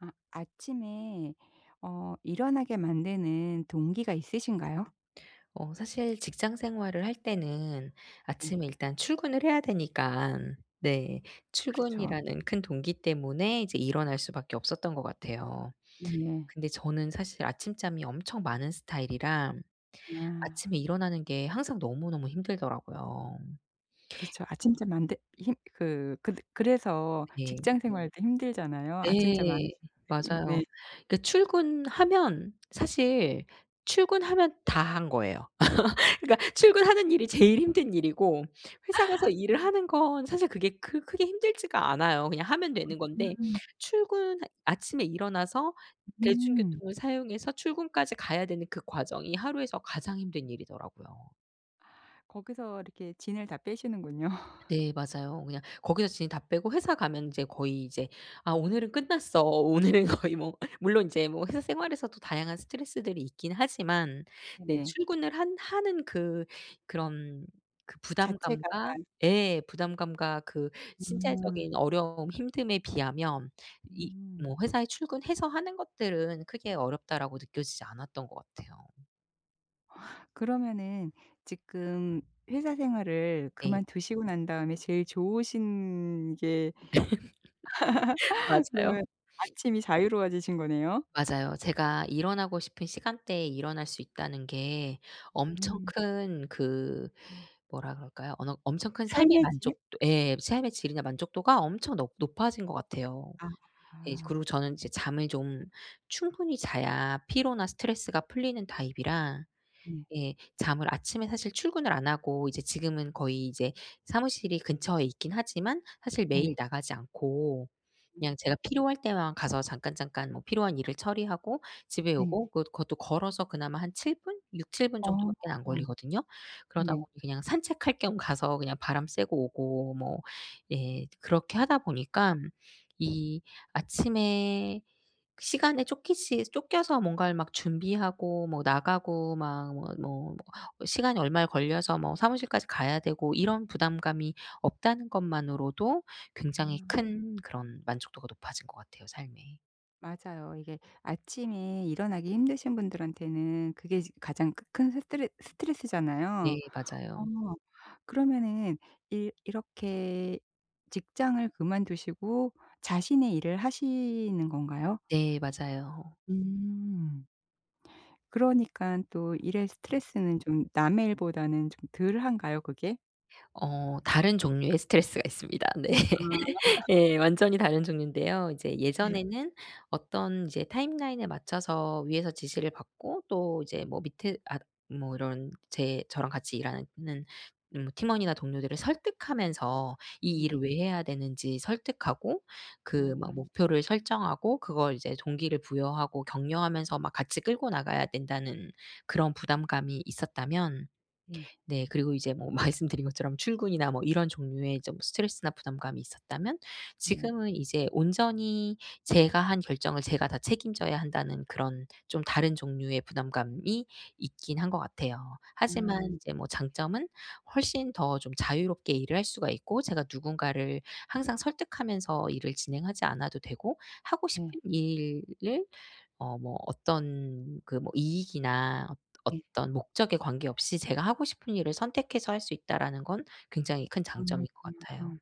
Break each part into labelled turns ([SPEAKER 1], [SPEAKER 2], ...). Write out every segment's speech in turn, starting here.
[SPEAKER 1] 아침에 일어나게 만드는 동기가 있으신가요?
[SPEAKER 2] 사실 직장 생활을 할 때는
[SPEAKER 1] 네.
[SPEAKER 2] 아침에 일단 출근을 해야 되니까, 네,
[SPEAKER 1] 그렇죠.
[SPEAKER 2] 출근이라는 큰 동기 때문에 이제 일어날 수밖에 없었던 것 같아요.
[SPEAKER 1] 네.
[SPEAKER 2] 근데 저는 사실 아침잠이 엄청 많은 스타일이라
[SPEAKER 1] 아
[SPEAKER 2] 아침에 일어나는 게 항상 너무너무 힘들더라고요.
[SPEAKER 1] 그렇죠. 아침잠 안 드 힘 그래서
[SPEAKER 2] 네.
[SPEAKER 1] 직장 네. 생활도 힘들잖아요, 아침잠 많으신
[SPEAKER 2] 네.
[SPEAKER 1] 분들이.
[SPEAKER 2] 맞아요.
[SPEAKER 1] 네.
[SPEAKER 2] 그 출근하면 사실 출근하면 다 한 거예요. 그러니까 출근하는 일이 제일 힘든 일이고, 회사 가서 일을 하는 건 사실 그게 크 크게 힘들지가 않아요. 그냥 하면 되는 건데,
[SPEAKER 1] 음.
[SPEAKER 2] 출근 아침에 일어나서
[SPEAKER 1] 음.
[SPEAKER 2] 대중교통을 사용해서 출근까지 가야 되는 그 과정이 하루에서 가장 힘든 일이더라고요.
[SPEAKER 1] 거기서 이렇게 진을 다 빼시는군요.
[SPEAKER 2] 네 맞아요. 그냥 거기서 진짜 다 빼고 회사 가면 이제 거의 이제 '아, 오늘은 끝났어.' 오늘은 거의 뭐 물론 이제 뭐 회사 생활에서도 다양한 스트레스들이 있긴 하지만, 네,
[SPEAKER 1] 네네.
[SPEAKER 2] 출근을 한 하는 그런 그
[SPEAKER 1] 자체가
[SPEAKER 2] 부담감과, 예, 부담감과 그
[SPEAKER 1] 음.
[SPEAKER 2] 신체적인 어려움, 힘듦에 비하면 이
[SPEAKER 1] 음.
[SPEAKER 2] 뭐 회사에 출근해서 하는 것들은 크게 어렵다라고 느껴지지 않았던 것 같아요.
[SPEAKER 1] 그러면은 지금 회사 생활을
[SPEAKER 2] 네.
[SPEAKER 1] 그만두시고 난 다음에 제일 좋으신 게
[SPEAKER 2] 맞아요.
[SPEAKER 1] 네. 아침이 자유로워지신 거네요.
[SPEAKER 2] 맞아요. 제가 일어나고 싶은 시간대에 일어날 수 있다는 게 엄청
[SPEAKER 1] 음.
[SPEAKER 2] 큰 그, 뭐라 그럴까요? 엄청 큰 삶의
[SPEAKER 1] 삶의 질?
[SPEAKER 2] 만족도, 예, 삶의 질이나 만족도가 엄청 높 높아진 것 같아요. 예.
[SPEAKER 1] 아.
[SPEAKER 2] 그리고 저는 이제 잠을 좀 충분히 자야 피로나 스트레스가 풀리는 타입이라,
[SPEAKER 1] 네.
[SPEAKER 2] 예, 잠을 아침에 사실 출근을 안 하고, 이제 지금은 거의 이제 사무실이 근처에 있긴 하지만 사실 매일
[SPEAKER 1] 네.
[SPEAKER 2] 나가지 않고,
[SPEAKER 1] 음.
[SPEAKER 2] 그냥 제가 필요할 때만 가서 잠깐잠깐 뭐 필요한 일을 처리하고 집에
[SPEAKER 1] 네.
[SPEAKER 2] 오고, 그것도 걸어서 그나마 한 7 분? 6-7분
[SPEAKER 1] 어.
[SPEAKER 2] 정도밖에 안 걸리거든요. 그러다
[SPEAKER 1] 네네.
[SPEAKER 2] 보니 그냥 산책할 겸 가서 그냥 바람 쐬고 오고 뭐, 예, 그렇게 하다 보니까 이 아침에 시간에 쫓기시 쫓겨서 뭔가를 막 준비하고 뭐 나가고 막 뭐 시간이 얼마에 걸려서 뭐 사무실까지 가야 되고 이런 부담감이 없다는 것만으로도 굉장히
[SPEAKER 1] 음.
[SPEAKER 2] 큰 그런 만족도가 높아진 것 같아요, 삶에.
[SPEAKER 1] 맞아요. 이게 아침에 일어나기 힘드신 분들한테는 그게 지 가장 크 큰 스트레스잖아요.
[SPEAKER 2] 네
[SPEAKER 1] 어.
[SPEAKER 2] 맞아요.
[SPEAKER 1] 그러면은 이 이렇게 직장을 그만두시고 자신의 일을 하시는 건가요?
[SPEAKER 2] 네 맞아요.
[SPEAKER 1] 음. 그러니깐 또 일의 스트레스는 좀 남의 일보다는 좀 덜한가요, 그게?
[SPEAKER 2] 다른 종류의 스트레스가 있습니다. 네.
[SPEAKER 1] 아
[SPEAKER 2] 예, 완전히 다른 종류인데요. 이제
[SPEAKER 1] 네.
[SPEAKER 2] 예전에는 어떤 이제 타임라인에 맞춰서 위에서 지시를 받고, 또 이제 뭐 밑에, 아, 뭐 이런 제 저랑 같이 일하는, 뭐 팀원이나 동료들을 설득하면서 이 일을
[SPEAKER 1] 네네.
[SPEAKER 2] 왜 해야 되는지 설득하고,
[SPEAKER 1] 아
[SPEAKER 2] 그 막 목표를 설정하고 그걸 이제 동기를 부여하고 격려하면서 막 같이 끌고 나가야 된다는 그런 부담감이 있었다면,
[SPEAKER 1] 네.
[SPEAKER 2] 네, 그리고 이제 뭐 말씀드린 것처럼 출근이나 뭐 이런 종류의 좀 스트레스나 부담감이 있었다면,
[SPEAKER 1] 네.
[SPEAKER 2] 지금은 이제 온전히 제가 한 결정을 제가 다 책임져야 한다는 그런 좀 다른 종류의 부담감이 있긴 한 것 같아요.
[SPEAKER 1] 아
[SPEAKER 2] 하지만 이제 뭐 장점은 훨씬 더 좀 자유롭게 일을 할 수가 있고, 제가 누군가를 항상 설득하면서 일을 진행하지 않아도 되고, 하고 싶은
[SPEAKER 1] 네.
[SPEAKER 2] 일을 뭐 어떤 그 뭐 이익이나
[SPEAKER 1] 네.
[SPEAKER 2] 어떤 목적에 관계없이 제가 하고 싶은 일을 선택해서 할 수 있다라는 건 굉장히 큰
[SPEAKER 1] 아
[SPEAKER 2] 장점인 것 같아요.
[SPEAKER 1] 음.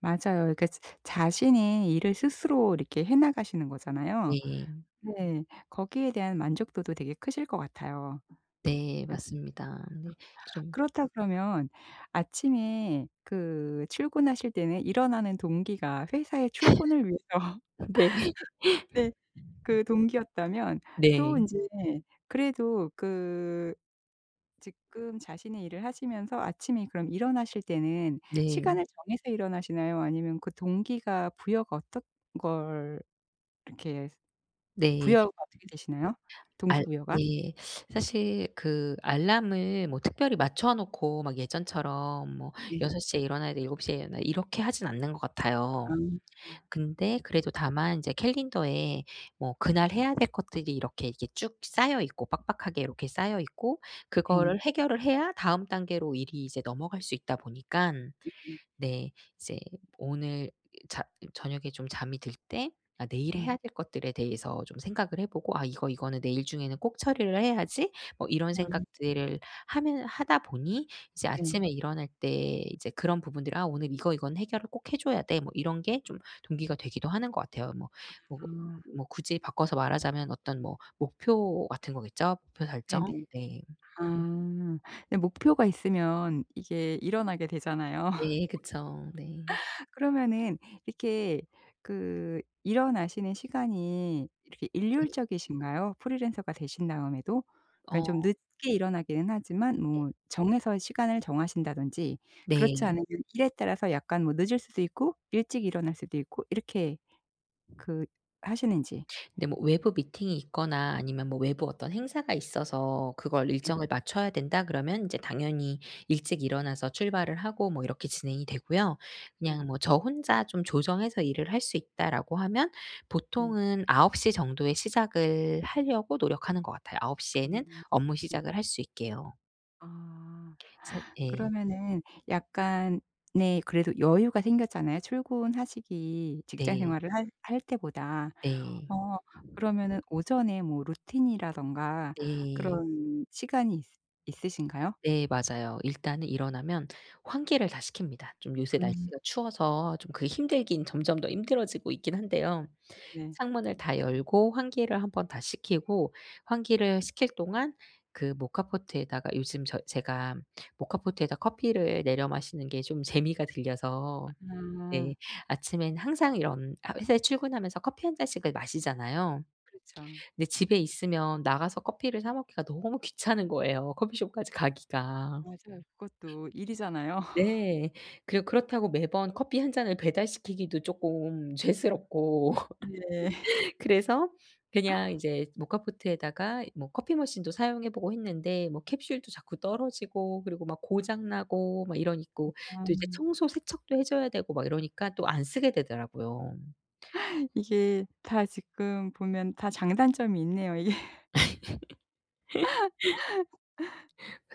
[SPEAKER 1] 맞아요. 그러니까 자 자신이 일을 스스로 이렇게 해 나가시는 거잖아요.
[SPEAKER 2] 네.
[SPEAKER 1] 네. 거기에 대한 만족도도 되게 크실 것 같아요.
[SPEAKER 2] 네
[SPEAKER 1] 아.
[SPEAKER 2] 맞습니다. 네. 좀
[SPEAKER 1] 그렇다 그러면 아침에 그 출근하실 때는 일어나는 동기가 회사에 출근을 위해서
[SPEAKER 2] 네.
[SPEAKER 1] 네. 그 동기였다면 또
[SPEAKER 2] 네.
[SPEAKER 1] 인제 그래도 그 지금 자신의 일을 하시면서 아침에 그럼 일어나실 때는
[SPEAKER 2] 네.
[SPEAKER 1] 시간을 정해서 일어나시나요? 아니면 그 동기가 부여가 어떤 걸 이렇게
[SPEAKER 2] 네.
[SPEAKER 1] 부여가 어떻게 되시나요? 동기
[SPEAKER 2] 알
[SPEAKER 1] 부여가?
[SPEAKER 2] 예. 사실 그 알람을 뭐 특별히 맞춰 놓고 막 예전처럼 뭐
[SPEAKER 1] 네.
[SPEAKER 2] 6 시에 일어나야 돼, 7 시에 일어나야 돼 이렇게 하진 않는 것 같아요.
[SPEAKER 1] 아 네.
[SPEAKER 2] 근데 그래도 다만 이제 캘린더에 뭐 그날 해야 될 것들이 이렇게 이렇게 쭉 쌓여 있고 빡빡하게 이렇게 쌓여 있고, 그거를 해결을 해야 다음 단계로 일이 이제 넘어갈 수 있다 보니까,
[SPEAKER 1] 네.
[SPEAKER 2] 네, 이제 오늘 자 저녁에 좀 잠이 들 때, 아, 내일
[SPEAKER 1] 네.
[SPEAKER 2] 해야 될 것들에 대해서 좀 생각을 해 보고, '아, 이거는 내일 중에는 꼭 처리를 해야지.' 뭐 이런
[SPEAKER 1] 아
[SPEAKER 2] 생각들을 하면 하다 보니, 이제
[SPEAKER 1] 네.
[SPEAKER 2] 아침에 일어날 때 이제 그런 부분들, '아, 오늘 이거 이건 해결을 꼭 해 줘야 돼.' 뭐 이런 게 좀 동기가 되기도 하는 것 같아요. 뭐
[SPEAKER 1] 아.
[SPEAKER 2] 뭐 굳이 바꿔서 말하자면 어떤 뭐 목표 같은 거겠죠? 목표 설정?
[SPEAKER 1] 네네.
[SPEAKER 2] 네.
[SPEAKER 1] 아. 근데 목표가 있으면 이게 일어나게 되잖아요.
[SPEAKER 2] 네. 그쵸. 네.
[SPEAKER 1] 그러면은 이렇게 그 일어나시는 시간이 이렇게
[SPEAKER 2] 되
[SPEAKER 1] 일률적이신가요? 프리랜서가 되신 다음에도? 그러니까 좀
[SPEAKER 2] 어
[SPEAKER 1] 늦게 일어나기는 하지만 뭐 정해서 시간을 정하신다든지 그렇지
[SPEAKER 2] 네.
[SPEAKER 1] 않으면 일에 따라서 약간 뭐 늦을 수도 있고 일찍 일어날 수도 있고 이렇게 그 하시는지.
[SPEAKER 2] 근데 뭐 외부 미팅이 있거나 아니면 뭐 외부 어떤 행사가 있어서 그걸
[SPEAKER 1] 네
[SPEAKER 2] 일정을 맞춰야 된다 그러면 이제 당연히 일찍 일어나서 출발을 하고 뭐 이렇게 진행이 되고요.
[SPEAKER 1] 네
[SPEAKER 2] 그냥 뭐 저 혼자 좀 조정해서 일을 할 수 있다라고 하면
[SPEAKER 1] 네.
[SPEAKER 2] 보통은 9시 정도에 시작을 하려고 노력하는 것 같아요. 9 시에는
[SPEAKER 1] 음.
[SPEAKER 2] 업무
[SPEAKER 1] 네.
[SPEAKER 2] 시작을 할 수 있게요.
[SPEAKER 1] 아.
[SPEAKER 2] 그래서 예.
[SPEAKER 1] 그러면은 약간의 그래도 여유가 생겼잖아요. 출근하시기 직장
[SPEAKER 2] 네.
[SPEAKER 1] 생활을 할 때보다.
[SPEAKER 2] 네.
[SPEAKER 1] 어 그러면은 오전에 뭐 루틴이라든가
[SPEAKER 2] 네.
[SPEAKER 1] 그런 시간이 있 있으신가요?
[SPEAKER 2] 네 맞아요. 일단은 일어나면 환기를 다 시킵니다. 좀 요새
[SPEAKER 1] 음.
[SPEAKER 2] 날씨가 추워서 좀 그게 힘들긴, 점점 더 힘들어지고 있긴 한데요.
[SPEAKER 1] 네네.
[SPEAKER 2] 창문을 다 열고 환기를 한번 다 시키고, 환기를 시킬 동안 그 모카포트에다가, 요즘 제가 모카포트에다 커피를 내려 마시는 게 좀 재미가 들려서,
[SPEAKER 1] 아
[SPEAKER 2] 네, 아침엔 항상 이런, 아, 회사에 출근하면서 커피 한 잔씩을 마시잖아요.
[SPEAKER 1] 그렇죠.
[SPEAKER 2] 근데 집에 있으면 나가서 커피를 사 먹기가 너무 귀찮은 거예요, 커피숍까지 가기가.
[SPEAKER 1] 맞아요. 그것도 일이잖아요.
[SPEAKER 2] 네. 그리고 그렇다고 매번 커피 한 잔을 배달시키기도 쪼끔 죄스럽고,
[SPEAKER 1] 네.
[SPEAKER 2] 그래서 그냥 이제 모카포트에다가 뭐 커피 머신도 사용해 보고 했는데, 뭐 캡슐도 자꾸 떨어지고 그리고 막 고장 나고 막 이러니까,
[SPEAKER 1] 아.
[SPEAKER 2] 또 이제 청소 세척도 해 줘야 되고 막 이러니까 또 안 쓰게 되더라고요.
[SPEAKER 1] 이게 다 지금 보면 다 장단점이 있네요. 이게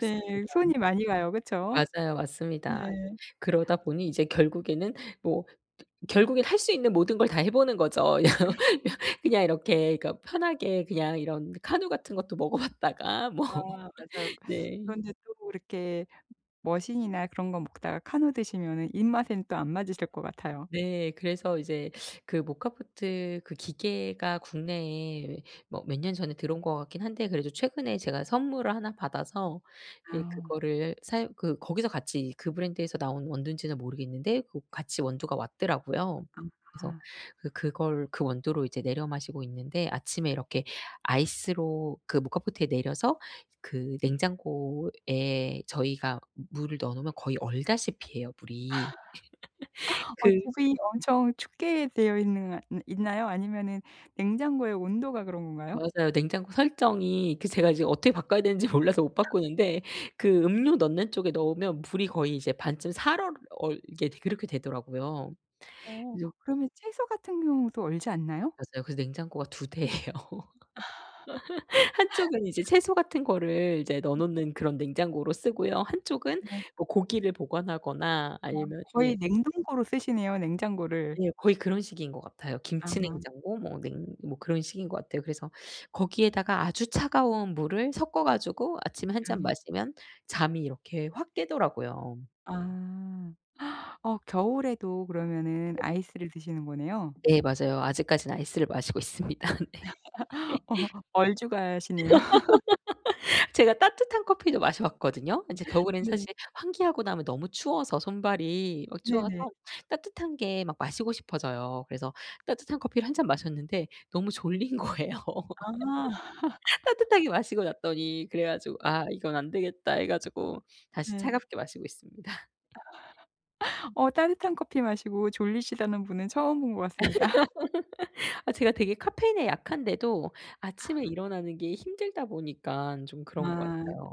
[SPEAKER 1] 네 손이 많이 가요. 그쵸?
[SPEAKER 2] 맞아요.
[SPEAKER 1] 네.
[SPEAKER 2] 맞습니다. 이제 그러다 보니 이제 결국에는 뭐 결국엔 할 수 있는 모든 걸 다 해 보는 거죠. 그냥 이렇게, 그러니까 편하게 그냥 이런 카누 같은 것도 먹어 봤다가 뭐
[SPEAKER 1] 아 맞아요.
[SPEAKER 2] 네.
[SPEAKER 1] 그런데 또 이렇게 머신이나 그런 거 먹다가 카누 드시면은 입맛엔 또 안 맞으실 것 같아요.
[SPEAKER 2] 네. 그래서 이제 그 모카포트, 그 기계가 국내에 뭐 몇 년 전에 들어온 것 같긴 한데, 그래도 최근에 제가 선물을 하나 받아서, 예,
[SPEAKER 1] 아.
[SPEAKER 2] 그거를 사용 그 거기서 같이 그 브랜드에서 나온 원두인지는 모르겠는데 그 같이 원두가 왔더라고요. 그래서
[SPEAKER 1] 아.
[SPEAKER 2] 그걸 그 원두로 이제 내려 마시고 있는데, 아침에 이렇게 아이스로 그 모카포트에 내려서 그 냉장고에 저희가 물을 넣어 놓으면 거의 얼다시피 해요, 물이.
[SPEAKER 1] 어
[SPEAKER 2] 그
[SPEAKER 1] 집이 엄청 춥게 되어 있는 아 있나요? 아니면은 냉장고의 온도가 그런 건가요?
[SPEAKER 2] 맞아요. 냉장고 설정이, 그 제가 지금 어떻게 바꿔야 되는지 몰라서 못 바꾸는데, 그 음료 넣는 쪽에 넣으면 물이 거의 이제 반쯤 살얼 게 그렇게 되더라고요.
[SPEAKER 1] 어
[SPEAKER 2] 그래서,
[SPEAKER 1] 그러면 채소 같은 경우도 얼지 않나요?
[SPEAKER 2] 맞아요, 그래서 냉장고가 두 대예요. 한쪽은 이제 채소 같은 거를 이제 넣어 놓는 그런 냉장고로 쓰고요. 한쪽은
[SPEAKER 1] 네.
[SPEAKER 2] 뭐 고기를 보관하거나 아니면, 예,
[SPEAKER 1] 거의 냉동고로 쓰시네요, 냉장고를.
[SPEAKER 2] 예, 거의 그런 식인 것 같아요.
[SPEAKER 1] 아.
[SPEAKER 2] 김치 냉장고 뭐 냉 뭐 그런 식인 것 같아요. 그래서 거기에다가 아주 차가운 물을 섞어 가지고 아침에 한 잔 마시면 잠이 이렇게 확 깨더라고요.
[SPEAKER 1] 아. 어 겨울에도 그러면은 아이스를 드시는 거네요.
[SPEAKER 2] 네 맞아요. 아직까지는 아이스를 마시고 있습니다. 네.
[SPEAKER 1] 어 얼죽아시네요.
[SPEAKER 2] 제가 따뜻한 커피도 마셔 왔거든요. 인제 겨울에는
[SPEAKER 1] 네.
[SPEAKER 2] 사실 환기하고 나면 너무 추워서 손발이 막 추워서
[SPEAKER 1] 네네.
[SPEAKER 2] 따뜻한 게 막 마시고 싶어져요. 그래서 따뜻한 커피를 한 잔 마셨는데 너무 졸린 거예요.
[SPEAKER 1] 아
[SPEAKER 2] 따뜻하게 마시고 났더니, 그래 가지고 '아, 이건 안 되겠다' 해 가지고 다시
[SPEAKER 1] 네.
[SPEAKER 2] 차갑게 마시고 있습니다.
[SPEAKER 1] 어 따뜻한 커피 마시고 졸리시다는 분은 처음 본 것 같습니다.
[SPEAKER 2] 아, 제가 되게 카페인에 약한데도 아침에 일어나는 게 힘들다 보니까 좀 그런 것
[SPEAKER 1] 아.
[SPEAKER 2] 같아요.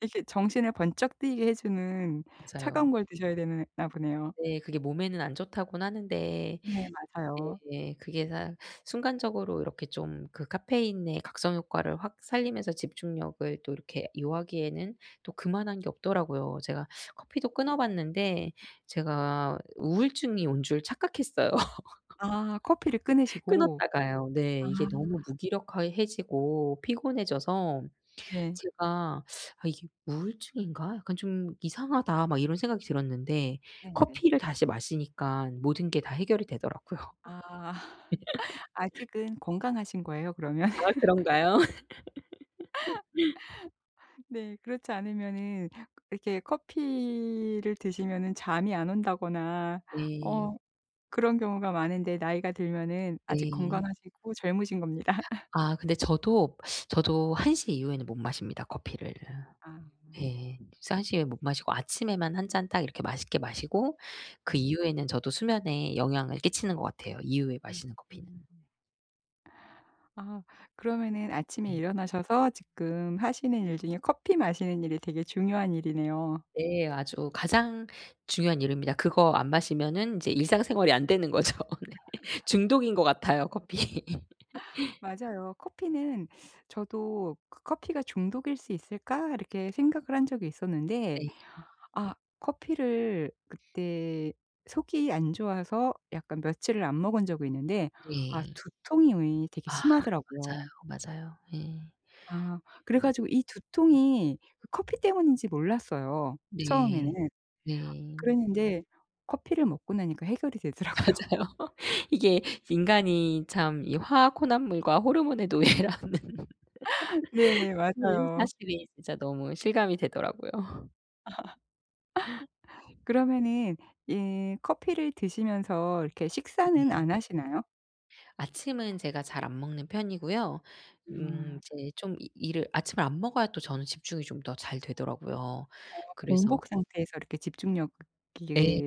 [SPEAKER 1] 이렇게 정신을 번쩍 뜨이게 해 주는
[SPEAKER 2] 맞아요.
[SPEAKER 1] 차가운 걸 드셔야 되나 보네요.
[SPEAKER 2] 네. 그게 몸에는 안 좋다고는 하는데,
[SPEAKER 1] 네 맞아요.
[SPEAKER 2] 네, 그게 사 순간적으로 이렇게 좀 그 카페인의 각성 효과를 확 살리면서 집중력을 또 이렇게 요하기에는 또 그만한 게 없더라고요. 제가 커피도 끊어 봤는데 제가 우울증이 온 줄 착각했어요.
[SPEAKER 1] 아 커피를 끊으시고.
[SPEAKER 2] 끊었다가요. 네.
[SPEAKER 1] 아.
[SPEAKER 2] 이게 너무 무기력해지고 피곤해져서
[SPEAKER 1] 네.
[SPEAKER 2] 제가 '아, 이게 우울증인가? 약간 좀 이상하다.' 막 이런 생각이 들었는데,
[SPEAKER 1] 네네.
[SPEAKER 2] 커피를 다시 마시니깐 모든 게 다 해결이 되더라고요.
[SPEAKER 1] 아. 아직은 건강하신 거예요 그러면?
[SPEAKER 2] 아, 그런가요?
[SPEAKER 1] 네. 그렇지 않으면은 이렇게 커피를 드시면은 잠이 안 온다거나
[SPEAKER 2] 네.
[SPEAKER 1] 어 그런 경우가 많은데 나이가 들면은 아직
[SPEAKER 2] 네.
[SPEAKER 1] 건강하시고 젊으신 겁니다.
[SPEAKER 2] 아, 근데 저도 1시 이후에는 못 마십니다, 커피를.
[SPEAKER 1] 아.
[SPEAKER 2] 예. 그래서 1시에 못 마시고 아침에만 한 잔 딱 이렇게 맛있게 마시고, 그
[SPEAKER 1] 네.
[SPEAKER 2] 이후에는 저도 수면에 영향을 끼치는 것 같아요, 이후에
[SPEAKER 1] 음.
[SPEAKER 2] 마시는 커피는.
[SPEAKER 1] 음. 아 그러면은 아침에
[SPEAKER 2] 네.
[SPEAKER 1] 일어나셔서 지금 하시는 일 중에 커피 마시는 일이 되게 중요한 일이네요.
[SPEAKER 2] 네. 아주 가장 중요한 이유입니다. 그거 안 마시면은 인제 일상생활이 안 되는 거죠. 네. 중독인 것 같아요, 커피.
[SPEAKER 1] 맞아요. 커피는 저도 '그 커피가 중독일 수 있을까?' 이렇게 생각을 한 적이 있었는데
[SPEAKER 2] 네.
[SPEAKER 1] 아 커피를 그때 속이 안 좋아서 약간 며칠을 안 먹은 적이 있는데 아
[SPEAKER 2] 네.
[SPEAKER 1] 두통이 되게
[SPEAKER 2] 아 맞아요,
[SPEAKER 1] 심하더라고요.
[SPEAKER 2] 맞아요. 예.
[SPEAKER 1] 아 그래 가지고 이 두통이 그 커피 때문인지 몰랐어요 처음에는.
[SPEAKER 2] 네. 네.
[SPEAKER 1] 그랬는데 커피를 먹고 나니까 해결이 되더라고요.
[SPEAKER 2] 맞아요. 이게 인간이 참 이 화학 혼합물과 호르몬의 노예라는,
[SPEAKER 1] 네
[SPEAKER 2] 네,
[SPEAKER 1] 맞아요.
[SPEAKER 2] 사실이 진짜 너무 실감이 되더라고요.
[SPEAKER 1] 그러면은 이 커피를 드시면서 이렇게 식사는
[SPEAKER 2] 네.
[SPEAKER 1] 안 하시나요?
[SPEAKER 2] 아침은 제가 잘 안 먹는 편이고요.
[SPEAKER 1] 음.
[SPEAKER 2] 이제 좀 이 일을, 아침을 안 먹어야 또 저는 집중이 좀 더 잘 되더라고요.
[SPEAKER 1] 어
[SPEAKER 2] 그래서
[SPEAKER 1] 공복 상태에서 이렇게 집중력이
[SPEAKER 2] 예.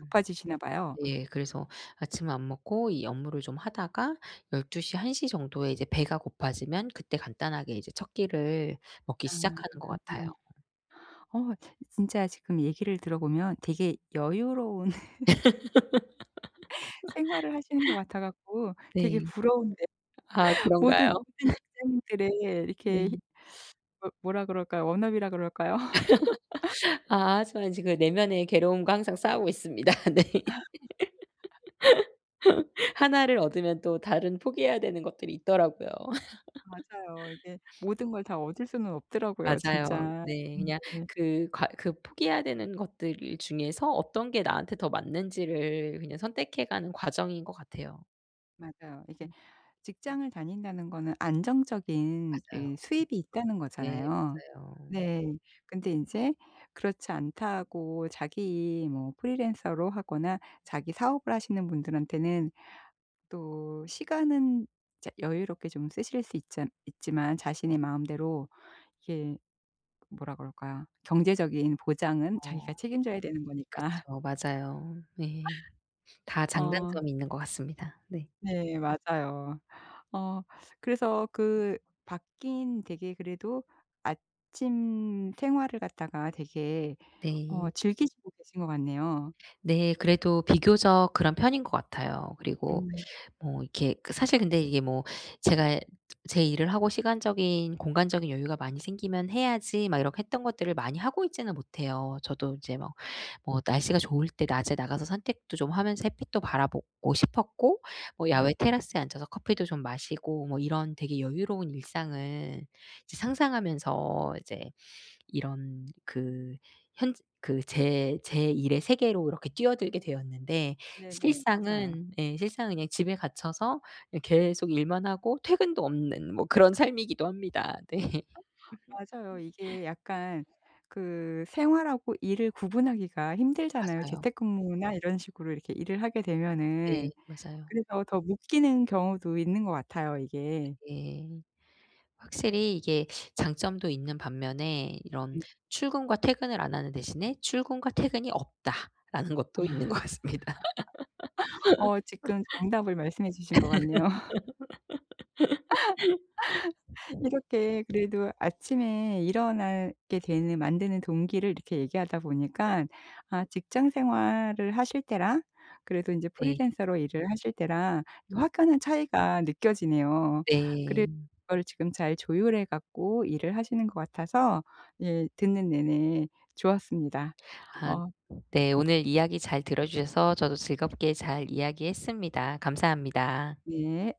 [SPEAKER 2] 음.
[SPEAKER 1] 높아지시나 봐요.
[SPEAKER 2] 예. 그래서 아침을 안 먹고 이 업무를 좀 하다가 12 시, 1시 정도에 이제 배가 고파지면 그때 간단하게 이제 첫 끼를 먹기
[SPEAKER 1] 아
[SPEAKER 2] 시작하는 것 같아요.
[SPEAKER 1] 음. 어 진짜 지금 얘기를 들어보면 되게 여유로운 생활을 하시는 것 같아 갖고 되게
[SPEAKER 2] 네.
[SPEAKER 1] 부러운데
[SPEAKER 2] 아 그런가요?
[SPEAKER 1] 모든 직장인들의 이렇게 히
[SPEAKER 2] 네.
[SPEAKER 1] 뭐라 그럴까요? 워너비라 그럴까요?
[SPEAKER 2] 아, 하지만 지금 내면의 괴로움과 항상 싸우고 있습니다. 네. 하나를 얻으면 또 다른 포기해야 되는 것들이 있더라고요.
[SPEAKER 1] 맞아요. 이게 모든 걸 다 얻을 수는 없더라고요
[SPEAKER 2] 맞아요.
[SPEAKER 1] 진짜.
[SPEAKER 2] 네. 그냥
[SPEAKER 1] 네.
[SPEAKER 2] 그 과 그 포기해야 되는 것들 중에서 어떤 게 나한테 더 맞는지를 그냥 선택해 가는 과정인 것 같아요.
[SPEAKER 1] 맞아요. 이게
[SPEAKER 2] 음.
[SPEAKER 1] 직장을 다닌다는 거는 안정적인
[SPEAKER 2] 맞아요.
[SPEAKER 1] 이 수입이 있다는
[SPEAKER 2] 네
[SPEAKER 1] 거잖아요.
[SPEAKER 2] 맞아요.
[SPEAKER 1] 네. 근데 인제 그렇지 않다고 자기 뭐 프리랜서로 하거나 자기 사업을 하시는 분들한테는 또 시간은 자 여유롭게 좀 쓰실 수 있잖 있지만 자신의 마음대로 이게 뭐라 그럴까요? 경제적인 보장은 자기가
[SPEAKER 2] 어
[SPEAKER 1] 책임져야 되는 거니까.
[SPEAKER 2] 그쵸. 맞아요. 네. 다
[SPEAKER 1] 어.
[SPEAKER 2] 장단점이 있는 것 같습니다. 네.
[SPEAKER 1] 네 맞아요. 어 그래서 그 바뀐 되게 그래도 아침 생활을 갖다가 되게 어
[SPEAKER 2] 네.
[SPEAKER 1] 즐기시고 계신 것 같네요.
[SPEAKER 2] 네. 그래도 비교적 그런 편인 것 같아요. 그리고
[SPEAKER 1] 음
[SPEAKER 2] 뭐 이렇게, 그 사실 근데 이게 뭐 제가 제 일을 하고 시간적인, 공간적인 여유가 많이 생기면 해야지 막 이렇게 했던 것들을 많이 하고 있지는 못해요. 저도 이제 막 뭐 날씨가 좋을 때 낮에 나가서 산책도 좀 하면서 햇빛도 바라보고 싶었고, 뭐
[SPEAKER 1] 네.
[SPEAKER 2] 야외 테라스에 앉아서 커피도 좀 마시고, 뭐 이런 되게 여유로운 일상을 이제 상상하면서 이제 이런 그, 현 그 제 일의 세계로 이렇게 뛰어들게 되었는데,
[SPEAKER 1] 네네. 맞아요.
[SPEAKER 2] 실상은, 예, 실상은 그냥 집에 갇혀서, 예, 계속 일만 하고 퇴근도 없는 뭐 그런 삶이기도 합니다. 네.
[SPEAKER 1] 맞아요. 이게 약간 그 생활하고 일을 구분하기가 힘들잖아요.
[SPEAKER 2] 맞아요.
[SPEAKER 1] 재택근무나 이런 식으로 이렇게 일을 하게
[SPEAKER 2] 네.
[SPEAKER 1] 되면은.
[SPEAKER 2] 맞아요.
[SPEAKER 1] 그래서 더 묶이는 경우도 있는 것 같아요 이게.
[SPEAKER 2] 예. 확실히 이게 장점도 있는 반면에 이런,
[SPEAKER 1] 네.
[SPEAKER 2] '출근과 퇴근을 안 하는 대신에 출근과 퇴근이 없다.'라는 것도 있는 것 같습니다.
[SPEAKER 1] 어 지금 정답을 말씀해 주신 것 같네요. 이렇게 그래도 아침에 일어나게 되는 만드는 동기를 이렇게 얘기하다 보니까 아 직장 생활을 하실 때랑 그래도 인제
[SPEAKER 2] 네.
[SPEAKER 1] 프리랜서로 일을 하실 때랑 이 확연한 차이가 느껴지네요. 그래서
[SPEAKER 2] 네.
[SPEAKER 1] 그걸 지금 잘 조율해 갖고 일을 하시는 것 같아서 예 듣는 내내 좋았습니다.
[SPEAKER 2] 아,
[SPEAKER 1] 어
[SPEAKER 2] 네. 오늘 이야기 잘 들어 주셔서 저도 즐겁게 잘 이야기했습니다. 감사합니다.
[SPEAKER 1] 네.